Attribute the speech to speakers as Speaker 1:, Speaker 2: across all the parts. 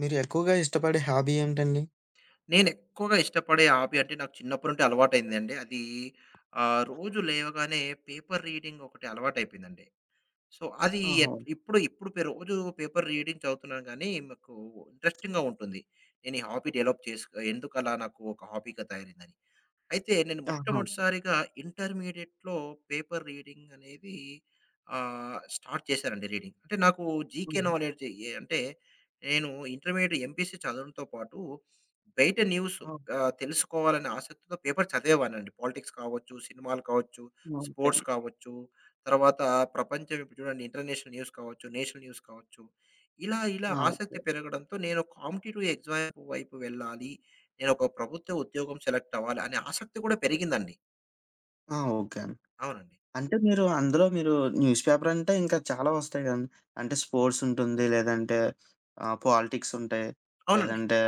Speaker 1: మీరు ఎక్కువగా ఇష్టపడే హాబీ ఏంటండి?
Speaker 2: నేనెక్కువగా ఇష్టపడే హాబీ అంటే నాకు చిన్నప్పటి నుండి అలవాటైందండి. అది రోజు లేవగానే పేపర్ రీడింగ్ ఒకటి అలవాటైపోయిందండి. సో, అది
Speaker 1: ఆహా!
Speaker 2: ఎట్ ఇప్పుడు ఇప్పుడు పె రోజు పేపర్ రీడింగ్ చదువుతున్నాను గానీ, మాకు ఇంట్రెస్టింగ్‌గా ఉంటుంది. నేను ఈ హాబీ డెవలప్ చేసుకు ఎందుకలా నాకు ఒక హాబీగా తయారైందని. అయితే నేను
Speaker 1: ఆహా!
Speaker 2: మొట్టమొదటిసారిగా ఇంటర్మీడియేట్‌లో పేపర్ రీడింగ్ అనేది స్టార్ట్ చేశానండి రీడింగ్. అంటే నాకు జీకే
Speaker 1: హుహు.
Speaker 2: నాలెడ్జ్ ఎ అంటే నేను ఇంటర్మీడియేట్ ఎంపీసీ చదవడంతో పాటు బయట న్యూస్
Speaker 1: ఆ!
Speaker 2: తెలుసుకోవాలనే ఆసక్తితో పేపర్ చదివేవాడినండి. పాలిటిక్స్ కావచ్చు, సినిమాలు కావచ్చు,
Speaker 1: ఓకే
Speaker 2: స్పోర్ట్స్
Speaker 1: అండి.
Speaker 2: కావచ్చు, తర్వాత ప్రపంచం ఇప్పుడు చూడండి ఇంటర్నేషనల్ న్యూస్ కావచ్చు, నేషనల్ న్యూస్ కావచ్చు. ఇలా ఇలా
Speaker 1: ఆ! ఓకే.
Speaker 2: ఆసక్తి పెరగడంతో నేను కాంపిటీటివ్ ఎగ్జామ్ వైపు వెళ్ళాలి. నేను ఒక ప్రభుత్వ ఉద్యోగం సెలెక్ట్ అవ్వాలి అనే ఆసక్తి కూడా పెరిగిందండి.
Speaker 1: ఆ! ఓకే అండి.
Speaker 2: అవునండి.
Speaker 1: అంటే మీరు న్యూస్ పేపర్ అంటే ఇంకా చాలా వస్తాయి కదండీ. అంటే స్పోర్ట్స్ ఉంటుంది. లేదంటే పాలిటిక్స్ ఉంటాయి.
Speaker 2: అవునండి.
Speaker 1: లేదంటే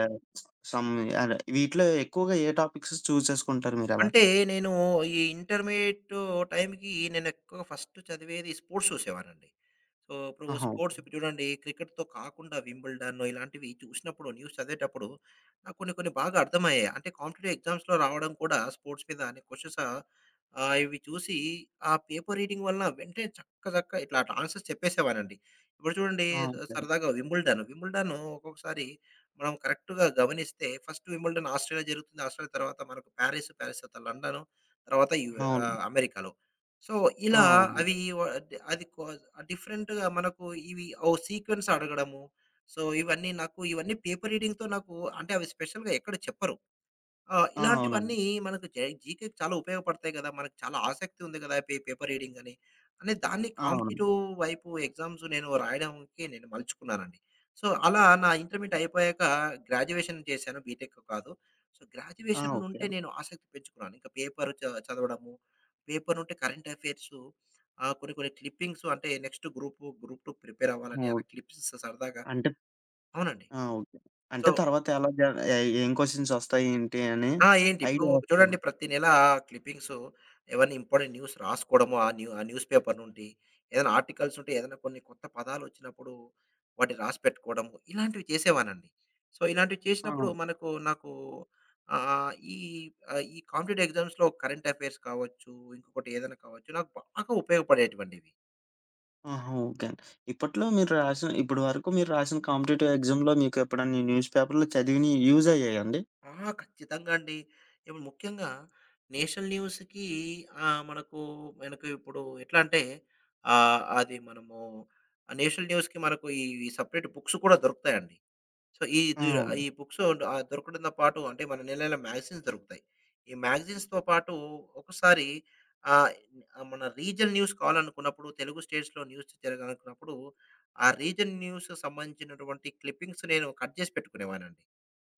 Speaker 1: సమ్ అదే వీటిలో ఎక్కువగా ఏ టాపిక్స్ చూజ్ చేసుకుంటారు మీరలా?
Speaker 2: అంటే నేను ఈ ఇంటర్మీడియేట్ టైంకి నేను ఎక్కువగా ఫస్ట్ చదివేది స్పోర్ట్స్ చూసేవాడినండి. సో ఇప్పుడు
Speaker 1: ఆహా! ఓకే.
Speaker 2: స్పోర్ట్స్ ఇప్పుడు చూడండి క్రికెట్‌తో కాకుండా వింబుల్డన్ ఇలాంటివి చూసినప్పుడు న్యూస్ చదివేటప్పుడు నాకు కొన్ని కొన్ని బాగా అర్థమయ్యాయి. అంటే కాంపిటీటివ్ ఎగ్జామ్స్‌లో రావడం కూడా స్పోర్ట్స్ మీద అనే క్వెషన్స్ ఇవి చూసి ఆ పేపర్ రీడింగ్ వలన వెంటనే చక్క చక్క ఇట్లా ఆన్సర్స్ చెప్పేసేవానండి. ఇప్పుడు చూడండి
Speaker 1: ఆ! ఓకే.
Speaker 2: సరదాగా వింబుల్డన్, వింబుల్డన్ ఒక్కొక్కసారి మనం కరెక్ట్‌గా గమనిస్తే ఫస్ట్ వింబుల్డన్ ఆస్ట్రేలియా జరుగుతుంది. ఆస్ట్రేలియా తర్వాత మనకు పారిస్, పారిస్ తర్వాత లండన్ తర్వాత యు
Speaker 1: అవును.
Speaker 2: అమెరికాలో. సో,
Speaker 1: ఆ!
Speaker 2: ఇలా
Speaker 1: అవును.
Speaker 2: అవి వ డ్ అది కొ డిఫరెంట్‌గా మనకు ఇవి ఓ సీక్వెన్స్ అడగడము. సో, ఇవన్నీ నాకు పేపర్ రీడింగ్‌తో నాకు అంటే అవి స్పెషల్‌గా ఎక్కడ చెప్పరు. ఆ!
Speaker 1: ఆ! అవునండి.
Speaker 2: ఇలాంటివన్నీ మనకు జే జీకేకి చాలా ఉపయోగపడతాయి గదా! మనకు చాలా ఆసక్తి ఉంది గదా! పే పేపర్ రీడింగ్ అని. అనే దాన్ని
Speaker 1: ఆ! అవునండి.
Speaker 2: కాంపిటీటివ్ వైపు ఎగ్జామ్స్ రాయడానికి నేను మలుచుకున్నానండి. సో, అలా నా ఇంటర్మీడియేట్ అయిపోయాక గ్రాడ్యుయేషన్ చేశాను బీటెక్ కాదు. సో,
Speaker 1: ఆ! అవును.
Speaker 2: గ్రాడ్యుయేషన్
Speaker 1: ఆ! ఓకే
Speaker 2: నుంటే
Speaker 1: అండి.
Speaker 2: నేను ఆసక్తి పెంచుకున్నాను. ఇంకా పేపర్ చ చదవడము, పేపర్ నుంటే కరెంట్ అఫైర్సు కొన్ని కొన్ని క్లిప్పింగ్స్ అంటే నెక్స్ట్ గ్రూప్, గ్రూప్ 2 ప్రిపేర్ అవ్వాలని అలా
Speaker 1: ఓకే.
Speaker 2: క్లిప్స్ సరదాగా
Speaker 1: అంటే
Speaker 2: అవునండి.
Speaker 1: ఆ! ఓకే.
Speaker 2: సో
Speaker 1: అంటే తర్వాత ఎలా జ ఏ ఏం క్వెషన్స్ వస్తాయి ఏంటి అని
Speaker 2: ఆ! ఏంటి ఇప్పుడు
Speaker 1: ఐడియా
Speaker 2: చూడండి
Speaker 1: వస్తుంది.
Speaker 2: ప్రతి నెల క్లిప్పింగ్స్ ఏవన్నా ఇంపార్టెంట్ న్యూస్ రాసుకోవడము, ఆ న్యూ ఆ న్యూస్ పేపర్ నుండి, ఏదైనా ఆర్టికల్స్ ఉంటే ఏదైనా కొన్ని కొత్త పదాలొచ్చినప్పుడు వాటిని రాసి పెట్టుకోవడము, ఇలాంటివి చేసేవానండి. సో, ఇలాంటివి
Speaker 1: ఆ!
Speaker 2: చేసినప్పుడు మనకు నాకు ఆహ్, ఈ ఈ కాంపిటేటివ్ ఎగ్జామ్స్‌లో కరెంట్ అఫైర్స్ కావచ్చు, ఇంకొకటి ఏదైనా కావచ్చు, నాకు బాగా ఉపయోగపడేటువంటివి.
Speaker 1: ఆహా! ఓకే అండి. ఇప్పట్లో మీరు రాసిన ఇప్పటి వరకు మీరు రాసిన కాంపిటీటివ్ ఎగ్జామ్‌లో మీకు ఎప్పుడన్నా ఈ న్యూస్ పేపర్‌లో చదివినయి యూజ్ అయ్యాయా అండి?
Speaker 2: ఆ! ఖచ్చితంగా అండి. ఇప్పుడు ముఖ్యంగా నేషనల్ న్యూస్‌కి ఆహ్, మనకు మనకు ఇప్పుడు ఎట్లా అంటే అది మనము ఆ నేషనల్ న్యూస్‌కి మనకు ఈ సెపరేట్ బుక్స్ కూడా దొరుకుతాయండి. సో, ఈ
Speaker 1: ఆ!
Speaker 2: ది
Speaker 1: అవును.
Speaker 2: ఈ బుక్స్ దొరకడంతో పాటు అంటే మన నెల నెలా మ్యాగజైన్స్ దొరుకుతాయి. ఈ మ్యాగజైన్స్‌తో పాటు ఒకసారి ఆహ్, మన రీజనల్ న్యూస్ కావాలనుకున్నప్పుడు తెలుగు స్టేట్స్‌లో న్యూస్ జరగాలనుకున్నప్పుడు ఆ రీజన్ న్యూస్‌కి సంబంధించినటువంటి క్లిప్పింగ్స్ నేను కట్ చేసి పెట్టుకునేవాడినండి.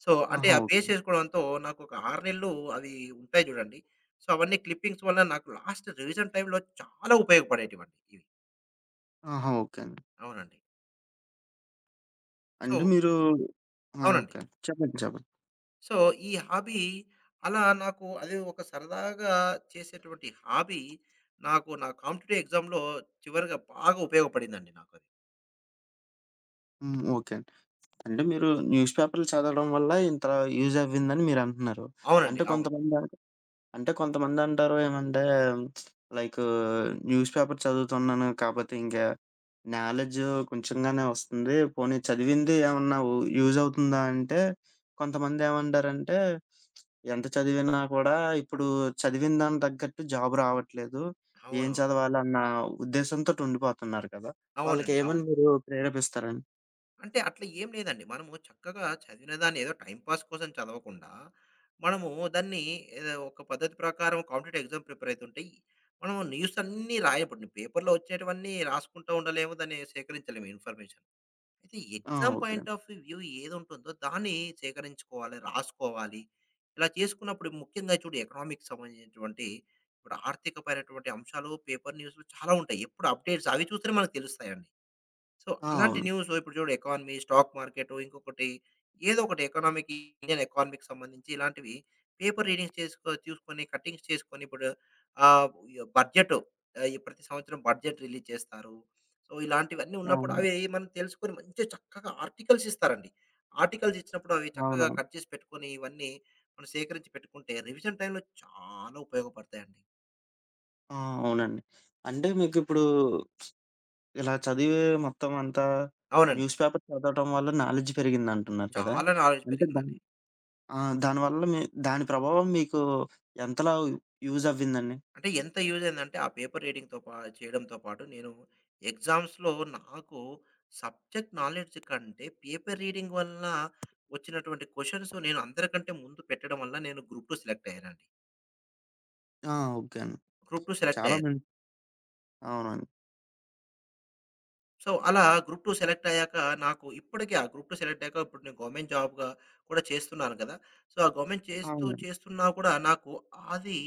Speaker 2: సో, అంటే
Speaker 1: ఆహా!
Speaker 2: ఆ
Speaker 1: ఓకే.
Speaker 2: పేస్ట్ చేసుకోవడంతో నాకొక 6 నెలలు అవి ఉంటాయి చూడండి. సో, అవన్నీ క్లిప్పింగ్స్ వల్ల నాకు లాస్ట్ రివిజన్ టైమ్‌లో చాలా ఉపయోగపడేటివండి ఇవి.
Speaker 1: ఆహా! ఓకే అండి.
Speaker 2: అవునండి.
Speaker 1: అంటే
Speaker 2: సో
Speaker 1: మీరు ఆ!
Speaker 2: అవునండి.
Speaker 1: ఓకే. చెప్పండి. చెప్పండి.
Speaker 2: సో, ఈ హాబీ అలా నాకు అది ఒక సరదాగా చేసేటువంటి హాబీ నాకు నా కాంపిటీటివ్ ఎగ్జామ్‌లో చివరిగా బాగా ఉపయోగపడిందండి నాకది.
Speaker 1: హ్మ్. ఓకే అండి. అంటే మీరు న్యూస్ పేపర్‌లు చదవడం వల్ల ఇంత యూజ్ అవ్విందని మీరంటున్నారు.
Speaker 2: అవునండి.
Speaker 1: అంటే
Speaker 2: అవును.
Speaker 1: కొంతమంది అంటే కొంతమందంటారు ఏమంటే లైక్ న్యూస్ పేపర్ చదువుతున్నాను కాపోతే ఇంకా నాలెడ్జ్ కొంచెంగానే వస్తుంది. పోనీ చదివింది ఏమన్నా యూజ్ అవుతుందా అంటే కొంతమందేమంటారంటే ఎంత చదివినా కూడా ఇప్పుడు చదివిన దానికి తగ్గట్టు జాబ్ రావట్లేదు. ఏం
Speaker 2: అవునవును.
Speaker 1: చదవాలన్న ఉద్దేశంతోటి ఉండిపోతున్నారు కదా!
Speaker 2: అవునండి. అవును.
Speaker 1: వాళ్ళకేమని మీరు ప్రేరేపిస్తారండి?
Speaker 2: అంటే అట్లా ఏం లేదండి. మనము చక్కగా చదివిన దాన్ని ఏదో టైమ్ పాస్ కోసం చదవకుండా, మనము దాన్ని ఏదో ఒక పద్ధతి ప్రకారం కాంపిటేటివ్ ఎగ్జామ్ ప్రిపేర్ అయితుంటే, మనం న్యూస్ అన్నీ రాయం. ఇప్పుడు పేపర్‌లో వచ్చేటివన్నీ రాసుకుంటూ ఉండలేము. దాన్ని సేకరించలేము ఇన్ఫర్మేషన్. అయితే
Speaker 1: ఆ!
Speaker 2: Exam
Speaker 1: okay.
Speaker 2: Point of view ఏదుంటుందో దాన్ని సేకరించుకోవాలి, రాసుకోవాలి. ఇలా చేసుకున్నప్పుడు ముఖ్యంగా చూడు ఎకనామిక్స్ సంబంధించినటువంటి ఇప్పుడు ఆర్థికపరమైనటువంటి అంశాలు పేపర్ న్యూస్‌లో చాలా ఉంటాయి. ఎప్పుడు అప్డేట్స్ అవి చూస్తేనే మనకు తెలుస్తాయండి. సో,
Speaker 1: ఆ!
Speaker 2: అలాంటి
Speaker 1: అవును.
Speaker 2: న్యూస్ ఇప్పుడు చూడు ఎకానమీ, స్టాక్ మార్కెట్ ఇంకొకటి ఏదో ఒకటి ఎకనామిక్ ఇండియన్ ఎకానమీకి సంబంధించి ఇలాంటివి పేపర్ రీడింగ్స్ చేసుకో చూసుకొని కట్టింగ్స్ చేసుకొని ఇప్పుడు ఆహ్, యొ బడ్జెట్ ఈ ప్రతి సంవత్సరం బడ్జెట్ రిలీజ్ చేస్తారు. సో, ఇలాంటివన్నీ ఉన్నప్పుడు
Speaker 1: అవును.
Speaker 2: అవి మనం తెలుసుకొని మంచిగా చక్కగా ఆర్టికల్స్ ఇస్తారండి. ఆర్టికల్స్ ఇచ్చినప్పుడు అవి చక్కగా
Speaker 1: అవునవును.
Speaker 2: కట్ చేసి పెట్టుకొని ఇవన్నీ మనం సేకరించి పెట్టుకుంటే రివిజన్ టైమ్‌లో చాలా ఉపయోగపడతాయండి.
Speaker 1: ఆ! అవునండి. అంటే మీకిప్పుడు ఇలా చదివే మొత్తం అంతా
Speaker 2: అవునండి.
Speaker 1: న్యూస్ పేపర్ చదవటం వల్ల నాలెడ్జ్ పెరిగిందంటున్నారు కదా!
Speaker 2: చాలా నాలెడ్జ్
Speaker 1: అంటే
Speaker 2: పెరిగిందండి.
Speaker 1: ఆ! దానివల్ల మీ దాని ప్రభావం మీకు ఎంతలా యూజ్ అవ్విందండి?
Speaker 2: అంటే ఎంత యూజ్ అయిందంటే ఆ పేపర్ రీడింగ్‌తో పా చేయడంతో పాటు నేను ఎగ్జామ్స్‌లో నాకు సబ్జెక్ట్ నాలెడ్జ్ కంటే పేపర్ రీడింగ్ వల్ల వచ్చినటువంటి క్వెషన్స్ నేను అందరికంటే ముందు పెట్టడం వల్ల నేను గ్రూప్ 2 సెలెక్ట్ అయ్యానండి.
Speaker 1: ఆ! ఓకే అండి.
Speaker 2: గ్రూప్ 2 సెలెక్ట్
Speaker 1: చాలా
Speaker 2: అయ్యాను.
Speaker 1: మం అవునండి.
Speaker 2: సో, అలా గ్రూప్ 2 సెలెక్ట్ అయ్యాక నాకు ఇప్పటికి ఆ గ్రూప్ 2 సెలెక్ట్ అయ్యాక ఇప్పుడు నేను గవర్నమెంట్ జాబ్‌గా కూడా చేస్తున్నాను కదా! సో, ఆ గవర్నమెంట్ చేస్తూ,
Speaker 1: అవునండి.
Speaker 2: చేస్తున్నా కూడా అది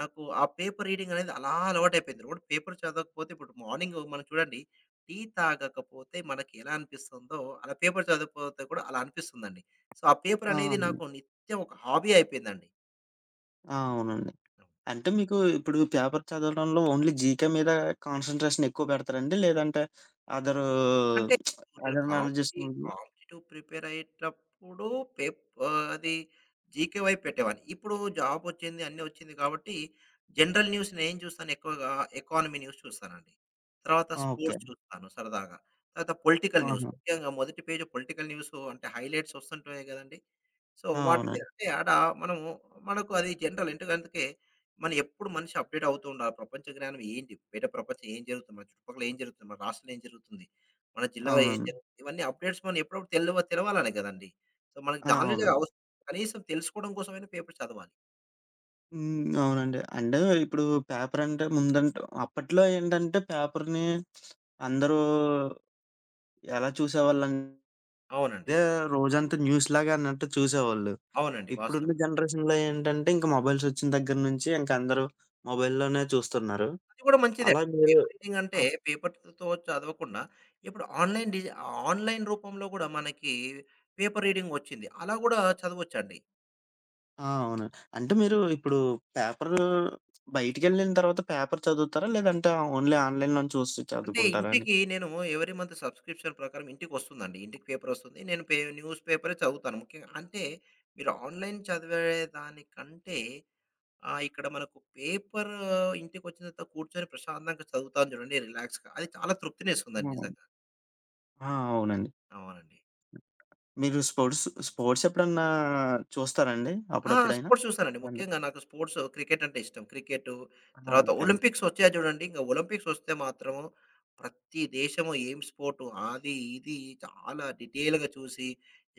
Speaker 2: నాకు ఆ పేపర్ రీడింగ్ అనేది అలా అలవాటైపోయింది. రోడ్ పేపర్ చదవకపోతే ఇప్పుడు మార్నింగ్ మనం చూడండి టీ తాగకపోతే మనకి ఎలా అనిపిస్తుందో, అలా పేపర్ చదవకపోతే కూడా అలా అనిపిస్తుందండి. సో, ఆ పేపర్
Speaker 1: ఆ!
Speaker 2: అనేది
Speaker 1: అవును.
Speaker 2: నాకు నిత్యం ఒక హాబీ అయిపోయిందండి.
Speaker 1: ఆ! అవునండి. అంటే మీకు ఇప్పుడు పేపర్ చదవడంలో ఓన్లీ జీకే మీద కాన్సంట్రేషన్ ఎక్కువ పెడతారండి? లేదంటే అదరు
Speaker 2: అంటే నేను
Speaker 1: అదర్ నాలెడ్జెస్
Speaker 2: కాంపిటీ
Speaker 1: మీద
Speaker 2: కాంపిటీటివ్ ప్రిపేర్ అయ్యేటప్పుడు పేప్ అది జీకే వైపు పెట్టేవాడిని. ఇప్పుడు జాబ్ వచ్చింది, అన్నీ వచ్చింది కాబట్టి జనరల్ న్యూస్ నేనేం చూస్తాను ఎక్కువగా ఎకానమీ న్యూస్ చూస్తానండి. తర్వాత
Speaker 1: ఆ! ఓకే.
Speaker 2: స్పోర్ట్స్ చూస్తాను సరదాగా. తర్వాత పొలిటికల్ న్యూస్
Speaker 1: ఆహా!
Speaker 2: ముఖ్యంగా మొదటి పేజ్ పొలిటికల్ న్యూస్ అంటే హైలైట్స్ వస్తుంటాయి కదండీ! సో,
Speaker 1: ఆ!
Speaker 2: వాటి మీద
Speaker 1: అవునండి.
Speaker 2: అంటే ఆడ మనము మనకు అది జనరల్. ఎందుకంటే మనం ఎప్పుడు మనిషి అప్‌డేట్ అవుతూ ఉండాలి. ప్రపంచ జ్ఞానం ఏంటి? బయట ప్రపంచం ఏం జరుగుతుంది? మన చుట్టుపక్కల ఏం జరుగుతుంది? మన రాష్ట్రంలో ఏం జరుగుతుంది? మన జిల్లాలో ఏం
Speaker 1: అవునండి.
Speaker 2: జరుగుతుంది? ఇవన్నీ అప్‌డేట్స్ మనం ఎప్పుడప్పుడు తెలవ తెలవాలని కదండీ! సో, మనకు
Speaker 1: ఆ!
Speaker 2: నాలెడ్జ్
Speaker 1: అవునండి.
Speaker 2: అవసరం. కనీసం తెలుసుకోవడం కోసమైనా పేపర్ చదవాలి.
Speaker 1: హ్మ్. అవునండి. అంటే ఇప్పుడు పేపరంటే ముందంటే అప్పట్లో ఏంటంటే పేపర్‌ని అందరూ ఎలా చూసేవాళ్ళంటే
Speaker 2: అవునండి.
Speaker 1: రోజంతా న్యూస్‌లాగా అన్నట్టు చూసేవాళ్ళు.
Speaker 2: అవునండి.
Speaker 1: ఇప్పుడున్న
Speaker 2: వాస్తవమే.
Speaker 1: జనరేషన్‌లో ఏంటంటే ఇంక మొబైల్స్ వచ్చిన దగ్గర నుంచి ఇంక అందరూ మొబైల్‌లోనే చూస్తున్నారు.
Speaker 2: అది కూడా మంచిదే.
Speaker 1: అలా మీరు
Speaker 2: పేపర్ రీడింగ్ అంటే
Speaker 1: అప్
Speaker 2: పేపర్‌తో చదవకుండా ఇప్పుడు ఆన్‌లైన్ డిజి ఆన్‌లైన్ రూపంలో కూడా మనకి పేపర్ రీడింగ్ వచ్చింది. అలా కూడా చదవొచ్చండి.
Speaker 1: ఆ! అవును. అంటే మీరు ఇప్పుడు పేపరు బయటికెళ్ళిన తర్వాత పేపర్ చదువుతారా? లేదంటే ఓన్లీ ఆన్‌లైన్‌లోనే చూసి
Speaker 2: అంటే
Speaker 1: చదువుకుంటారా అని?
Speaker 2: ఇంటికి నేను ఎవరీ మంత్ సబ్స్క్రిప్షన్ ప్రకారం ఇంటికొస్తుందండి. ఇంటికి పేపరొస్తుంది. నేను పే న్యూస్ పేపరే చదువుతాను. ముఖ్యంగా అంటే మీరు ఆన్‌లైన్ చదివేదానికంటే ఇక్కడ మనకు పేపర్ ఇంటికొచ్చిన తర్వాత కూర్చొని ప్రశాంతంగా చదువుతాను చూడండి రిలాక్స్‌గా. అది చాలా తృప్తినిస్తుందండి
Speaker 1: హ్మ్.
Speaker 2: నిజంగా.
Speaker 1: ఆ! అవునండి.
Speaker 2: అవునండి.
Speaker 1: మీరు స్పోర్ట్స్ ఎప్పుడన్నా చూస్తారాండి?
Speaker 2: ఆ!
Speaker 1: అప్పుడప్పుడైనా?
Speaker 2: స్పోర్ట్స్ చూస్తానండి.
Speaker 1: అండ్
Speaker 2: ముఖ్యంగా నాకు స్పోర్ట్స్ క్రికెట్ అంటే ఇష్టం. క్రికెటు,
Speaker 1: ఆ!
Speaker 2: తర్వాత
Speaker 1: ఓకే అండి.
Speaker 2: ఒలింపిక్స్ వచ్చాయి చూడండి. ఇంక ఒలింపిక్స్ వస్తే మాత్రం ప్రతి దేశము ఏం స్పోర్టు అది, ఇది చాలా డీటెయిల్‌గా చూసి,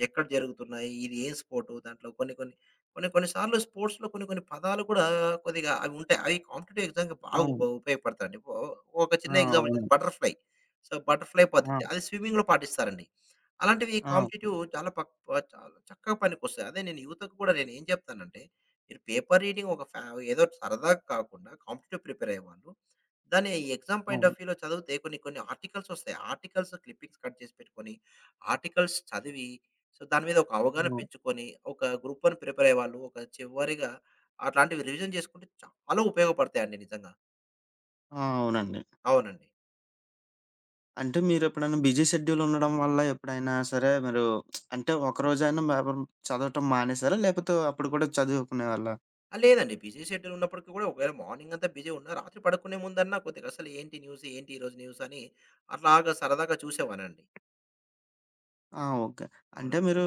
Speaker 2: ఎక్కడ జరుగుతున్నాయి, ఇది ఏం స్పోర్టు దాంట్లో కొన్ని, కొన్ని, కొన్ని, కొన్ని సార్లు స్పోర్ట్స్‌లో కొన్ని, కొన్ని పదాలు కూడా కొద్దిగా అవి ఉంటాయి. అవి కాంపిటీటివ్ ఎగ్జామ్‌కి బాగా ఉప
Speaker 1: అవును.
Speaker 2: ఉపయోగపడతాయండి. ఒ ఒక
Speaker 1: ఆ!
Speaker 2: చిన్న ఎగ్జాంపుల్ చెప్తా
Speaker 1: అవునండి.
Speaker 2: బటర్‌ఫ్లై. సో, బటర్‌ఫ్లై
Speaker 1: ఆ!
Speaker 2: పద్ధతి అది స్విమ్మింగ్‌లో పాటిస్తారండి. అలాంటివి
Speaker 1: ఆ! ఓకే.
Speaker 2: కాంపిటీటివ్ చాలా పక్ ప చాలా చక్కగా పనికొస్తాయి. అదే నేను యువతకు కూడా నేనేం చెప్తానంటే, మీరు పేపర్ రీడింగ్ ఒక ఫ్యా ఏదో సరదాగా కాకుండా కాంపిటీటివ్ ప్రిపేర్ అయ్యేవాళ్ళు, దాన్ని ఎగ్జామ్ పాయింట్
Speaker 1: అవును.
Speaker 2: ఆఫ్ వ్యూలో చదివితే కొన్ని కొన్ని ఆర్టికల్స్ వస్తాయి. ఆర్టికల్స్ క్లిప్పింగ్స్ కట్ చేసి పెట్టుకొని, ఆర్టికల్స్ చదివి, సో, దాని మీద ఒక అవగాహన
Speaker 1: అవును.
Speaker 2: పెంచుకొని, ఒక గ్రూప్ వన్ ప్రిపేర్ అయ్యేవాళ్ళు, ఒక చివరిగా అట్లాంటివి రివిజన్ చేసుకుంటే చాలా ఉపయోగపడతాయండి నిజంగా.
Speaker 1: ఆ! అవునండి.
Speaker 2: అవునండి.
Speaker 1: అంటే మీరెప్పుడైనా బిజీ షెడ్యూల్ ఉండడం వల్ల ఎప్పుడైనా సరే మీరు అంటే ఒకరోజైనా మ చదవటం మానేసారా? లేపోతే అప్పుడు కూడా చదువుకునేవాళ్ళా?
Speaker 2: ఆ! లేదండి. బిజీ షెడ్యూల్ ఉన్నప్పటికి కూడా ఒకవేళ మార్నింగ్ అంతా బిజీ ఉన్నా రాత్రి పడుకునే ముందన్నా కొద్దిగా అసలు ఏంటి న్యూస్? ఏంటి ఈరోజు న్యూస్? అని అట్లాగా సరదాగా చూసేవానండి.
Speaker 1: ఆ! ఓకే. అంటే
Speaker 2: అవునండి.
Speaker 1: మీరు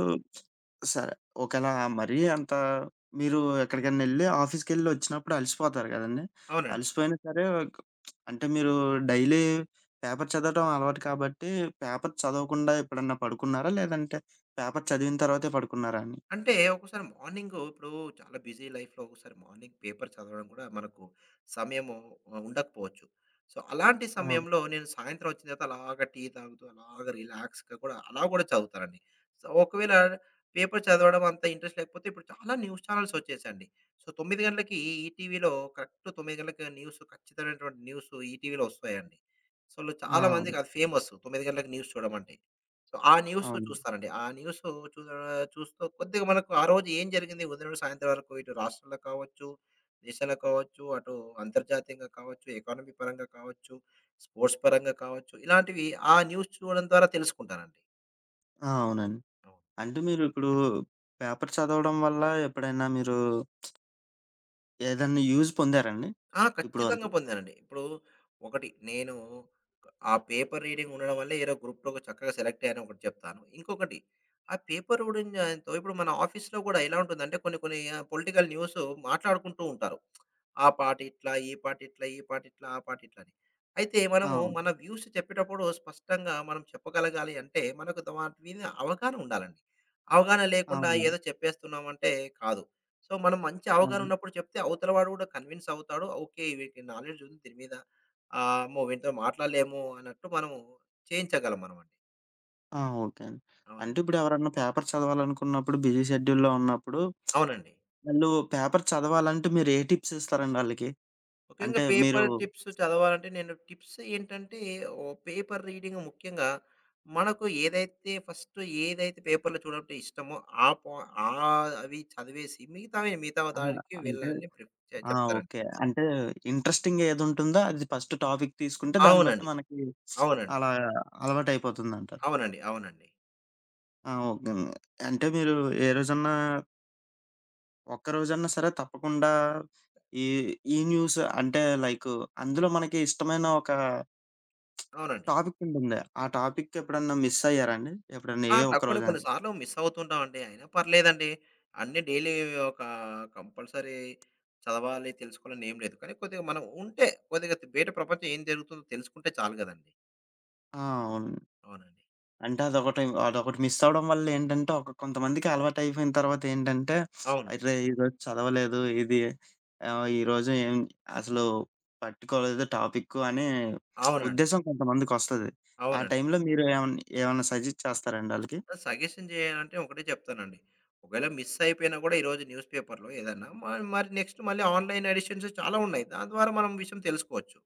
Speaker 1: సరే. ఒకేలా మరీ అంత మీరు ఎక్కడికైనెళ్లి ఆఫీస్‌కెళ్లి వచ్చినప్పుడు అలసిపోతారు గదండీ!
Speaker 2: అవునండి.
Speaker 1: అలసిపోయినా సరే క్ అంటే మీరు డైలీ పేపర్ చదవటం అలవాటు కాబట్టి, పేపర్ చదవకుండా ఎప్పుడన్నా పడుకున్నారా? లేదంటే పేపర్ చదివిన తర్వాతే పడుకున్నారా అండి?
Speaker 2: అంటే ఒక్కోసారి మార్నింగు ఇప్పుడు చాలా బిజీ లైఫ్‌లో ఒక్కోసారి మార్నింగ్ పేపర్ చదవడం కూడా మనకు సమయము ఉండకపోవచ్చు. సో, అలాంటి
Speaker 1: ఆ!
Speaker 2: సమయంలో నేను సాయంత్రం వచ్చిన తర్వాత అలాగా టీ తాగుతూ అలాగా రిలాక్స్‌గా కూడా అలా కూడా చదువుతానండి. సో, ఒకవేళ పేపర్ చదవడం అంత ఇంట్రెస్ట్ లేకపోతే ఇప్పుడు చాలా న్యూస్ ఛానెల్స్ వచ్చేసాయండి. సో, 9 గంటలకి ఈటీవీలో కరెక్ట్ 9 గంటలకి న్యూస్ ఖచ్చితమైనటువంటి న్యూస్ ఈటీవీలో వస్తాయండి. సో,
Speaker 1: ఆ!
Speaker 2: చాలా
Speaker 1: అవును.
Speaker 2: మందికి అది ఫేమస్ 9 గంటలకు న్యూస్ చూడమంటే. సో, ఆ న్యూస్
Speaker 1: అవును.
Speaker 2: చూస్తానండి. ఆ న్యూస్ చూ చూస్తూ కొద్దిగా మనకు ఆ రోజు ఏం జరిగింది ఉదయం నుండి సాయంత్రం వరకు ఇటు రాష్ట్రంలో కావచ్చు, దేశంలో కావచ్చు, అటు అంతర్జాతీయంగా కావచ్చు, ఎకానమీ పరంగా కావచ్చు, స్పోర్ట్స్ పరంగా కావచ్చు, ఇలాంటివి ఆ న్యూస్ చూడడం ద్వారా తెలుసుకుంటానండి.
Speaker 1: ఆ! అవునండి.
Speaker 2: అవును.
Speaker 1: అంటే మీరు ఇప్పుడు పేపర్ చదవడం వల్ల ఎప్పుడైనా మీరు ఏదన్నా యూజ్ పొందారా అండి?
Speaker 2: ఆ!
Speaker 1: ఇప్పటి
Speaker 2: ఖచ్చితంగా
Speaker 1: వరకు?
Speaker 2: పొందానండి. ఇప్పుడు ఒకటి నేను ఆ పేపర్ రీడింగ్ ఉండడం వల్ల ఏదో గ్రూప్‌లో చక్కగా సెలెక్ట్ అయ్యాను ఒకటి చెప్తాను. ఇంకొకటి ఆ పేపర్ రీడింగ్‌తో ఇప్పుడు మన ఆఫీస్‌లో కూడా ఎలా ఉంటుందంటే కొన్ని కొన్ని పొలిటికల్ న్యూస్ మాట్లాడుకుంటూ ఉంటారు. ఆ పాట ఇట్లా, ఈ పాట ఇట్లా, ఈ పాట ఇట్లా, ఆ పాట ఇట్లా అని. అయితే మనము
Speaker 1: అవును.
Speaker 2: మన వ్యూస్ చెప్పేటప్పుడు స్పష్టంగా మనం చెప్పగలగాలి అంటే మనకు ద వాటి మీద అవగాహన ఉండాలండి. అవగాహన లేకుండా
Speaker 1: అవునండి.
Speaker 2: ఏదో చెప్పేస్తున్నామంటే కాదు. సో, మనం మంచి అవగాహన
Speaker 1: అవును.
Speaker 2: ఉన్నప్పుడు చెప్తే అవతల వాడు కూడా కన్విన్స్ అవుతాడు. ఓకే. వీడికి నాలెడ్జ్ ఉంది దీని మీద. అమ్మో! వీనితో మాట్లాడలేము అన్నట్టు మనము చేయించగలం మనమండి.
Speaker 1: ఆ! ఓకే అండి. అంటే
Speaker 2: అవునండి.
Speaker 1: ఇప్పుడెవరన్నా పేపర్ చదవాలనుకున్నప్పుడు బిజీ షెడ్యూల్‌లో ఉన్నప్పుడు
Speaker 2: అవునండి.
Speaker 1: వాళ్ళు పేపర్ చదవాలంటే మీరు ఏ టిప్స్ ఇస్తారండి ఆళ్ళకి?
Speaker 2: ముఖ్యంగా
Speaker 1: అంటే మీరు
Speaker 2: పేపర్ టిప్స్ చదవాలంటే నేను టిప్స్ ఏంటంటే ఓ పేపర్ రీడింగ్ ముఖ్యంగా మనకు ఏదైతే ఫస్ట్ ఏదైతే పేపర్‌లో చూడటం ఇష్టమో ఆ పా ఆ అవి చదివేసి మిగతావి మిగతా
Speaker 1: అహా!
Speaker 2: దానికి
Speaker 1: అంటే
Speaker 2: వెళ్ళాలని ప్రిఫ్ చె
Speaker 1: ఆ!
Speaker 2: చెప్తారండి.
Speaker 1: ఓకే. అంటే ఇంట్రెస్టింగ్ ఏదుంటుందో అది ఫస్ట్ టాపిక్ తీసుకుంటే దాన్ని బట్టి
Speaker 2: అవునండి.
Speaker 1: మనకి
Speaker 2: అవునండి.
Speaker 1: అలా అలవాటయిపోతుందంటారు.
Speaker 2: అవునండి. అవునండి.
Speaker 1: ఆ! ఓకే అండి. అంటే మీరు ఏ రోజన్నా ఒక్క రోజన్నా సరే తప్పకుండా ఈ ఈ న్యూస్ అంటే లైకు అందులో మనకి ఇష్టమైన ఒక
Speaker 2: అవునండి.
Speaker 1: టాపికుంటుంది. ఆ టాపిక్ ఎప్పుడన్నా మిస్ అయ్యారాండి? ఎప్పుడన్నా ఏ
Speaker 2: అట్లా
Speaker 1: ఒక్క
Speaker 2: కొన్ని కొన్ని
Speaker 1: రోజైనా?
Speaker 2: సార్లు మిస్ అవుతుంటామండి. అయినా పర్లేదండి. అన్నీ డైలీ ఒక కంపల్సరీ చదవాలి, తెలుసుకోవాలని ఏం లేదు. కానీ కొద్దిగా మనం ఉంటే కొద్దిగా బయట ప్రపంచం ఏం జరుగుతుందో తెలుసుకుంటే చాలు గదండీ!
Speaker 1: ఆ! అవునండి.
Speaker 2: అవునండి.
Speaker 1: అంటే అదొకటి అదొకటి మిస్ అవ్వడం వల్ల ఏంటంటే, ఒక కొంతమందికి అలవాటయిపోయిన తర్వాత ఏంటంటే,
Speaker 2: అవును.
Speaker 1: అరే! ఈరోజు చదవలేదు. ఇది ఈరోజు ఏం అసలు పట్టుకోలేదు టాపిక్కు అనే
Speaker 2: అవునండి.
Speaker 1: ఉద్దేశం కొంతమందికొస్తది. ఆ
Speaker 2: అవునండి.
Speaker 1: టైంలో మీరు ఏమన్నా ఏమన్నా సజెస్ట్ చేస్తారండి ఆళ్ళకి?
Speaker 2: సజెషన్ చేయాలంటే ఒకటే చెప్తానండి. ఒకవేళ మిస్ అయిపోయినా కూడా ఈరోజు న్యూస్ పేపర్‌లో ఏదన్నా మ మరి నెక్స్ట్ మళ్ళీ ఆన్‌లైన్ ఎడిషన్స్ చాలా ఉన్నాయి. దాని ద్వారా మనం విషయం తెలుసుకోవచ్చు.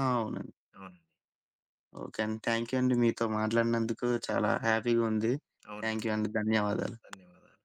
Speaker 1: ఆ! అవునండి.
Speaker 2: అవునండి.
Speaker 1: ఓకే అండి. థాంక్ యూ అండి. మీతో మాట్లాడినందుకు చాలా హ్యాపీగా ఉంది.
Speaker 2: అవును.
Speaker 1: థాంక్ యూ అండి. ధన్యవాదాలు.
Speaker 2: ధన్యవాదాలు.